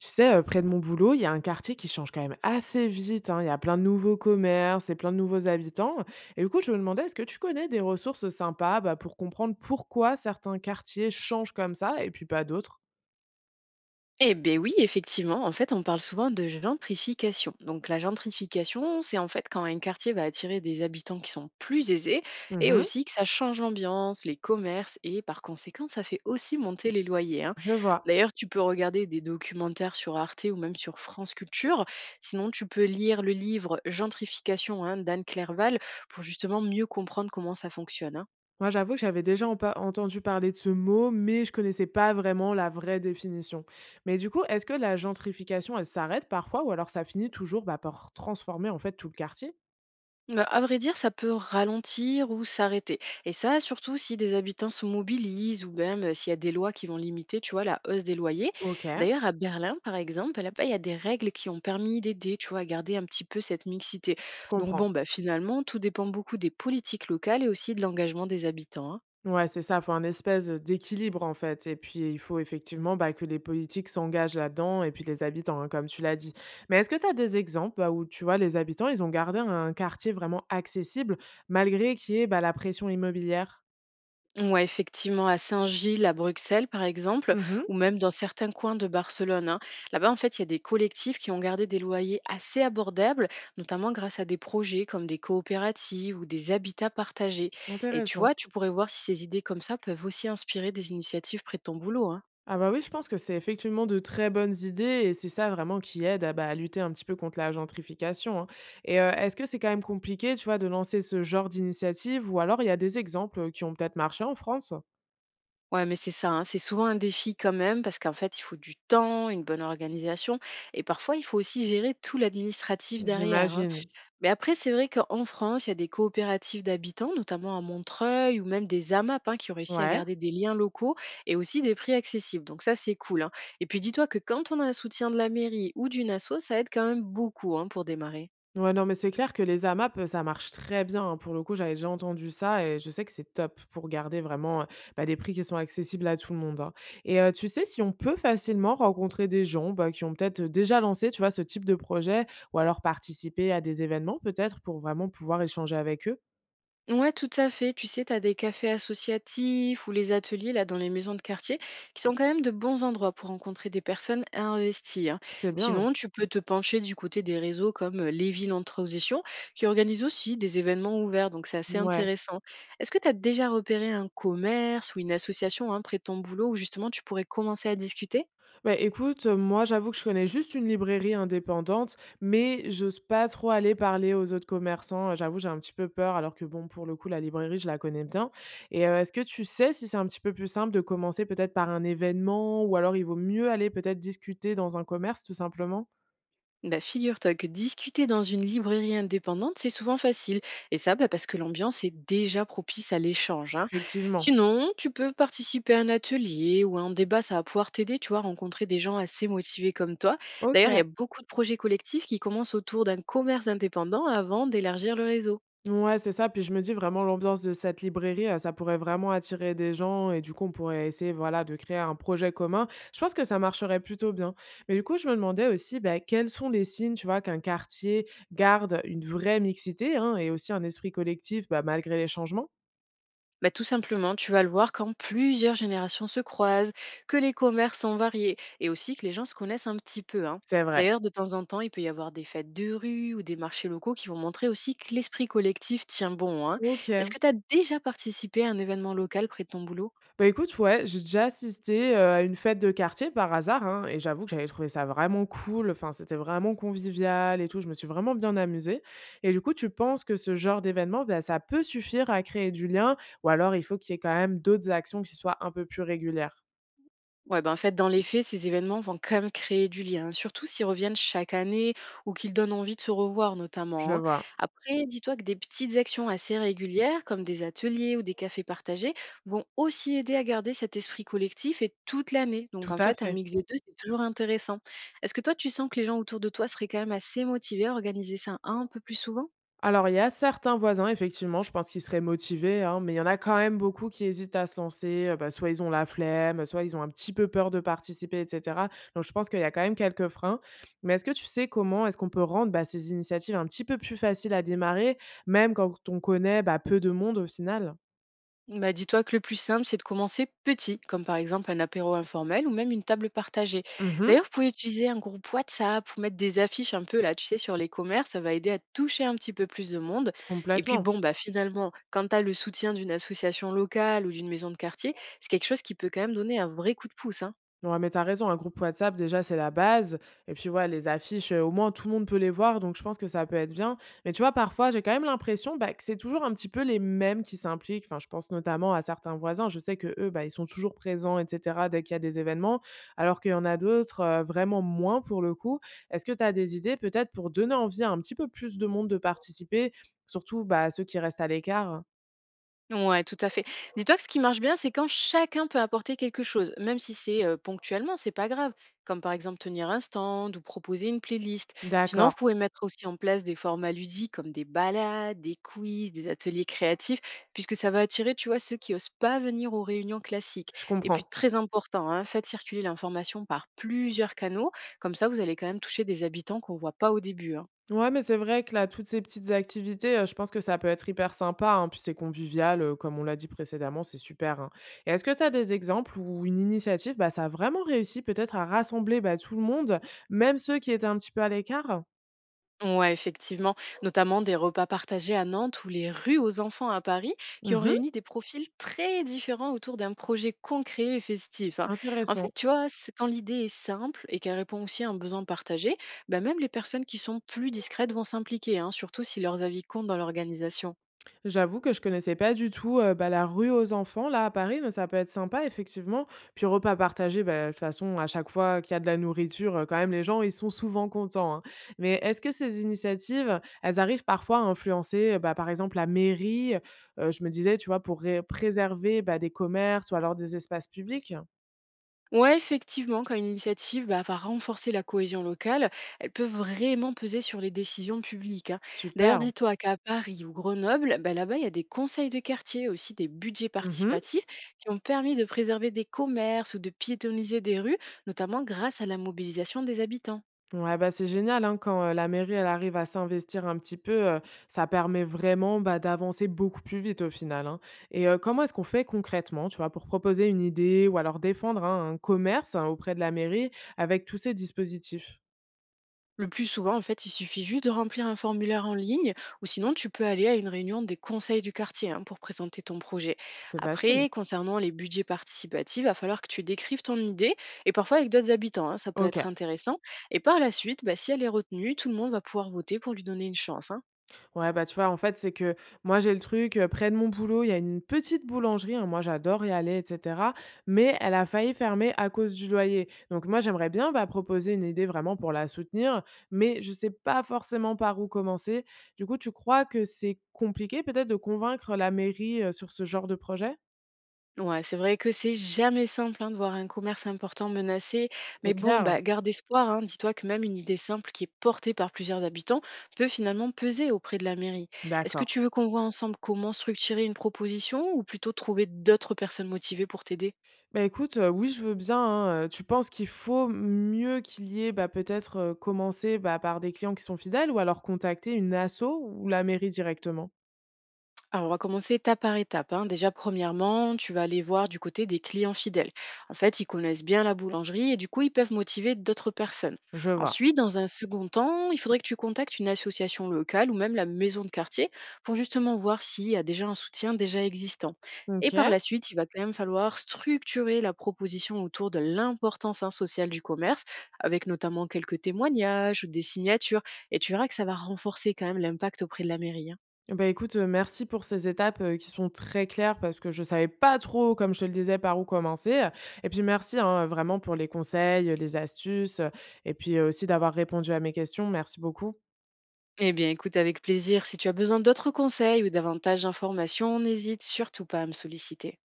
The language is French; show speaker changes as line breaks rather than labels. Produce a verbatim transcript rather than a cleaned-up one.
Tu sais, heu, près de mon boulot, il y a un quartier qui change quand même assez vite, hein. Il y a plein de nouveaux commerces et plein de nouveaux habitants et du coup, je me demandais, est-ce que tu connais des ressources sympas, bah, pour comprendre pourquoi certains quartiers changent comme ça et puis pas d'autres?
Eh beh, oui, effectivement, en fait, on parle souvent de gentrification. Donc, la gentrification, c'est en fait quand un quartier va attirer des habitants qui sont plus aisés et
Mmh.
aussi que ça change l'ambiance, les commerces et par conséquent, ça fait aussi monter les loyers, hein.
Je vois.
D'ailleurs, tu peux regarder des documentaires sur Arte ou même sur France Culture. Sinon, tu peux lire le livre Gentrification, hein, d'Anne Clerval pour justement mieux comprendre comment ça fonctionne, hein.
Moi, j'avoue que j'avais déjà empa entendu parler de ce mot, mais je connaissais pas vraiment la vraie définition. Mais du coup, est-ce que la gentrification, elle s'arrête parfois ou alors ça finit toujours, bah, par transformer, en fait, tout le quartier?
Bah, à vrai dire, ça peut ralentir ou s'arrêter. Et ça, surtout si des habitants se mobilisent ou même euh, s'il y a des lois qui vont limiter, tu vois, la hausse des loyers.
OK.
D'ailleurs, à Berlin, par exemple, là-bas, il y a des règles qui ont permis d'aider, tu vois, à garder un petit peu cette mixité.
Je
Donc
comprends.
bon, bah, finalement, tout dépend beaucoup des politiques locales et aussi de l'engagement des habitants, hein.
Ouais, c'est ça, faut un espèce, d'équilibre, en fait et puis il faut effectivement, bah, que les politiques s'engagent là-dedans et puis les habitants, hein, comme tu l'as dit. Mais est-ce que tu as des exemples, bah, où tu vois les habitants, ils ont gardé un quartier vraiment accessible malgré qu'il y ait, bah, la pression immobilière?
Ouais, effectivement, à Saint-Gilles, à Bruxelles, par exemple,
Mmh.
ou même dans certains coins de Barcelone, hein. Là-bas, en fait, il y a des collectifs qui ont gardé des loyers assez abordables, notamment grâce à des projets comme des coopératives ou des habitats partagés. Et tu
Intéressant.
vois, tu pourrais voir si ces idées comme ça peuvent aussi inspirer des initiatives près de ton boulot, hein.
Ah bah, oui, je pense que c'est effectivement de très bonnes idées et c'est ça vraiment qui aide à, bah, à lutter un petit peu contre la gentrification, hein et heu, est-ce que c'est quand même compliqué, tu vois, de lancer ce genre d'initiative ou alors il y a des exemples, qui ont peut-être marché en France?
Ouais, mais c'est ça, hein, c'est souvent un défi quand même, parce qu'en fait, il faut du temps, une bonne organisation, et parfois, il faut aussi gérer tout l'administratif derrière, hein.
J'imagine.
Mais après, c'est vrai qu'en France, il y a des coopératives d'habitants, notamment à Montreuil ou même des A M A P, hein, qui ont réussi à
Ouais.
garder des liens locaux et aussi des prix accessibles. Donc ça, c'est cool, hein. Et puis dis-toi que quand on a un soutien de la mairie ou d'une asso, ça aide quand même beaucoup, hein, pour démarrer.
Ouais, non, mais c'est clair que les AMAP, heu, ça marche très bien, hein. Pour le coup, j'avais déjà entendu ça et je sais que c'est top pour garder vraiment, heu, bah, des prix qui sont accessibles à tout le monde, hein. Et heu, tu sais si on peut facilement rencontrer des gens, bah, qui ont peut-être, déjà lancé, tu vois, ce type de projet ou alors participer à des événements peut-être pour vraiment pouvoir échanger avec eux?
Ouais, tout à fait. Tu sais, tu as des cafés associatifs ou les ateliers là dans les maisons de quartier qui sont quand même de bons endroits pour rencontrer des personnes à investir.
C'est bien.
Sinon, tu peux te pencher du côté des réseaux comme euh, les villes en transition qui organisent aussi des événements ouverts, donc c'est assez
Ouais.
intéressant. Est-ce que tu as déjà repéré un commerce ou une association, hein, près de ton boulot où justement tu pourrais commencer à discuter?
Bah, écoute, heu, moi, j'avoue que je connais juste une librairie indépendante, mais j'ose pas trop aller parler aux autres commerçants, heu, j'avoue, j'ai un petit peu peur alors que bon, pour le coup, la librairie, je la connais bien et heu, est-ce que tu sais si c'est un petit peu plus simple de commencer peut-être par un événement ou alors il vaut mieux aller peut-être discuter dans un commerce tout simplement?
Bah, figure-toi que discuter dans une librairie indépendante, c'est souvent facile. Et ça, bah, parce que l'ambiance est déjà propice à l'échange, hein.
Effectivement.
Sinon, tu peux participer à un atelier ou à un débat, ça va pouvoir t'aider, tu vois, à rencontrer des gens assez motivés comme toi. D'ailleurs, il y
OK.
a beaucoup de projets collectifs qui commencent autour d'un commerce indépendant avant d'élargir le réseau.
Ouais, c'est ça. Puis je me dis vraiment l'ambiance de cette librairie, heu, ça pourrait vraiment attirer des gens et du coup, on pourrait essayer, voilà, de créer un projet commun. Je pense que ça marcherait plutôt bien. Mais du coup, je me demandais aussi, bah, quels sont les signes, tu vois, qu'un quartier garde une vraie mixité, hein, et aussi un esprit collectif, bah, malgré les changements?
Bah, tout simplement, tu vas le voir quand plusieurs générations se croisent, que les commerces sont variés et aussi que les gens se connaissent un petit peu, hein.
C'est vrai.
D'ailleurs, de temps en temps, il peut y avoir des fêtes de rue ou des marchés locaux qui vont montrer aussi que l'esprit collectif tient bon, hein. Est-ce
OK.
que tu as déjà participé à un événement local près de ton boulot?
Bah, écoute, ouais, j'ai déjà assisté, heu, à une fête de quartier par hasard, hein et j'avoue que j'avais trouvé ça vraiment cool, enfin, c'était vraiment convivial et tout, je me suis vraiment bien amusée et du coup, tu penses que ce genre d'événement, bah, ça peut suffire à créer du lien ou alors il faut qu'il y ait quand même d'autres actions qui soient un peu plus régulières?
Ouais, ben, en fait, dans les faits, ces événements vont quand même créer du lien, surtout s'ils reviennent chaque année ou qu'ils donnent envie de se revoir
Je
notamment, hein.
vois.
Après, dis-toi que des petites actions assez régulières, comme des ateliers ou des cafés partagés, vont aussi aider à garder cet esprit collectif et toute l'année. Donc
Tout
en
à
fait, un
fait.
mix des deux, c'est toujours intéressant. Est-ce que toi, tu sens que les gens autour de toi seraient quand même assez motivés à organiser ça un peu plus souvent?
Alors, il y a certains voisins, effectivement, je pense qu'ils seraient motivés, hein, mais il y en a quand même beaucoup qui hésitent à se lancer. Euh, bah, soit ils ont la flemme, soit ils ont un petit peu peur de participer, et cetera. Donc, je pense qu'il y a quand même quelques freins. Mais est-ce que tu sais comment est-ce qu'on peut rendre bah, ces initiatives un petit peu plus faciles à démarrer, même quand on connaît bah, peu de monde au final.
Bah, dis-toi que le plus simple, c'est de commencer petit, comme par exemple un apéro informel ou même une table partagée.
Mhm.
D'ailleurs, vous pouvez utiliser un groupe WhatsApp ou mettre des affiches un peu là, tu sais, sur les commerces, ça va aider à toucher un petit peu plus de monde. Et puis
Complètement.
bon, bah finalement, quand tu as le soutien d'une association locale ou d'une maison de quartier, c'est quelque chose qui peut quand même donner un vrai coup de pouce, hein.
Ouais, mais t'as raison, un groupe WhatsApp, déjà, c'est la base. Et puis, ouais, les affiches, euh, au moins, tout le monde peut les voir. Donc, je pense que ça peut être bien. Mais tu vois, parfois, j'ai quand même l'impression bah, que c'est toujours un petit peu les mêmes qui s'impliquent. Enfin, je pense notamment à certains voisins. Je sais que eux, bah, ils sont toujours présents, et cetera, dès qu'il y a des événements. Alors qu'il y en a d'autres, euh, vraiment moins pour le coup. Est-ce que t'as des idées, peut-être, pour donner envie à un petit peu plus de monde de participer, surtout bah, ceux qui restent à l'écart?
Ouais, tout à fait. Dis-toi que ce qui marche bien, c'est quand chacun peut apporter quelque chose, même si c'est euh, ponctuellement, c'est pas grave. Comme par exemple tenir un stand ou proposer une playlist. Sinon, vous
D'accord,
pouvez mettre aussi en place des formats ludiques comme des balades, des quiz, des ateliers créatifs, puisque ça va attirer, tu vois, ceux qui osent pas venir aux réunions classiques.
je
Et
comprends.
puis, très important, hein, faites circuler l'information par plusieurs canaux. Comme ça, vous allez quand même toucher des habitants qu'on voit pas au début, hein.
Ouais, mais c'est vrai que là, toutes ces petites activités, heu, je pense que ça peut être hyper sympa, hein, puis c'est convivial, heu, comme on l'a dit précédemment, c'est super, hein. Et est-ce que tu as des exemples où une initiative, bah, ça a vraiment réussi peut-être à rassembler, bah, tout le monde, même ceux qui étaient un petit peu à l'écart?
Ouais, effectivement, notamment des repas partagés à Nantes ou les rues aux enfants à Paris, qui ont
Mmh.
réuni des profils très différents autour d'un projet concret et festif, hein. En fait,
Intéressant.
tu vois, c'est- quand l'idée est simple et qu'elle répond aussi à un besoin partagé, bah même les personnes qui sont plus discrètes vont s'impliquer, hein, surtout si leurs avis comptent dans l'organisation.
J'avoue que je connaissais pas du tout, heu, bah, la rue aux enfants là à Paris, mais ça peut être sympa effectivement. Puis repas partagés, bah, de toute façon à chaque fois qu'il y a de la nourriture, heu, quand même les gens ils sont souvent contents, hein. Mais est-ce que ces initiatives, elles arrivent parfois à influencer, heu, bah, par exemple la mairie? Heu, je me disais, tu vois, pour ré préserver, bah, des commerces ou alors des espaces publics?
Ouais, effectivement, quand une initiative bah, va renforcer la cohésion locale, elle peut vraiment peser sur les décisions publiques, hein. D'ailleurs,
Super.
dis-toi qu'à Paris ou Grenoble, bah, là-bas, il y a des conseils de quartier, aussi des budgets
Mmh.
participatifs qui ont permis de préserver des commerces ou de piétoniser des rues, notamment grâce à la mobilisation des habitants.
Ouais, bah, c'est génial hein, quand euh, la mairie elle arrive à s'investir un petit peu, euh, ça permet vraiment bah, d'avancer beaucoup plus vite au final. Hein. Et euh, comment est-ce qu'on fait concrètement, tu vois, pour proposer une idée ou alors défendre hein, un commerce hein, auprès de la mairie avec tous ces dispositifs?
Le plus souvent, en fait, il suffit juste de remplir un formulaire en ligne ou sinon tu peux aller à une réunion des conseils du quartier, hein, pour présenter ton projet.
C'est facile.
Après, concernant les budgets participatifs, il va falloir que tu décrives ton idée et parfois avec d'autres habitants, hein, ça peut
Ok.
être intéressant. Et par la suite, bah, si elle est retenue, tout le monde va pouvoir voter pour lui donner une chance, hein.
Ouais, bah, tu vois, en fait, c'est que moi, j'ai le truc, heu, près de mon boulot, il y a une petite boulangerie, hein, moi, j'adore y aller et cetera, mais elle a failli fermer à cause du loyer. Donc moi, j'aimerais bien, bah, proposer une idée vraiment pour la soutenir, mais je sais pas forcément par où commencer. Du coup, tu crois que c'est compliqué peut-être de convaincre la mairie, heu, sur ce genre de projet?
Ouais, c'est vrai que c'est jamais simple, hein, de voir un commerce important menacé. Mais
C'est
bon,
clair?
bah, garde espoir, hein. Dis-toi que même une idée simple qui est portée par plusieurs habitants peut finalement peser auprès de la mairie. Est-ce que
D'accord.
tu veux qu'on voit ensemble comment structurer une proposition ou plutôt trouver d'autres personnes motivées pour t'aider?
Bah, écoute, heu, oui, je veux bien, hein, heu, tu penses qu'il faut mieux qu'il y ait, bah, peut-être, heu, commencer, bah, par des clients qui sont fidèles ou alors contacter une asso ou la mairie directement?
Alors, on va commencer étape par étape, hein. Déjà, premièrement, tu vas aller voir du côté des clients fidèles. En fait, ils connaissent bien la boulangerie et du coup, ils peuvent motiver d'autres personnes.
Je vois.
Ensuite, dans un second temps, il faudrait que tu contactes une association locale ou même la maison de quartier pour justement voir s'il y a déjà un soutien déjà existant. Et par
OK.
la suite, il va quand même falloir structurer la proposition autour de l'importance, hein, sociale du commerce, avec notamment quelques témoignages ou des signatures. Et tu verras que ça va renforcer quand même l'impact auprès de la mairie, hein.
Bah, écoute, heu, merci pour ces étapes, heu, qui sont très claires parce que je savais pas trop, comme je te le disais, par où commencer, et puis merci, hein, vraiment pour les conseils, les astuces, heu et puis, heu, aussi d'avoir répondu à mes questions. Merci beaucoup.
Eh bien, écoute avec plaisir. Si tu as besoin d'autres conseils ou davantage d'informations, n'hésite surtout pas à me solliciter.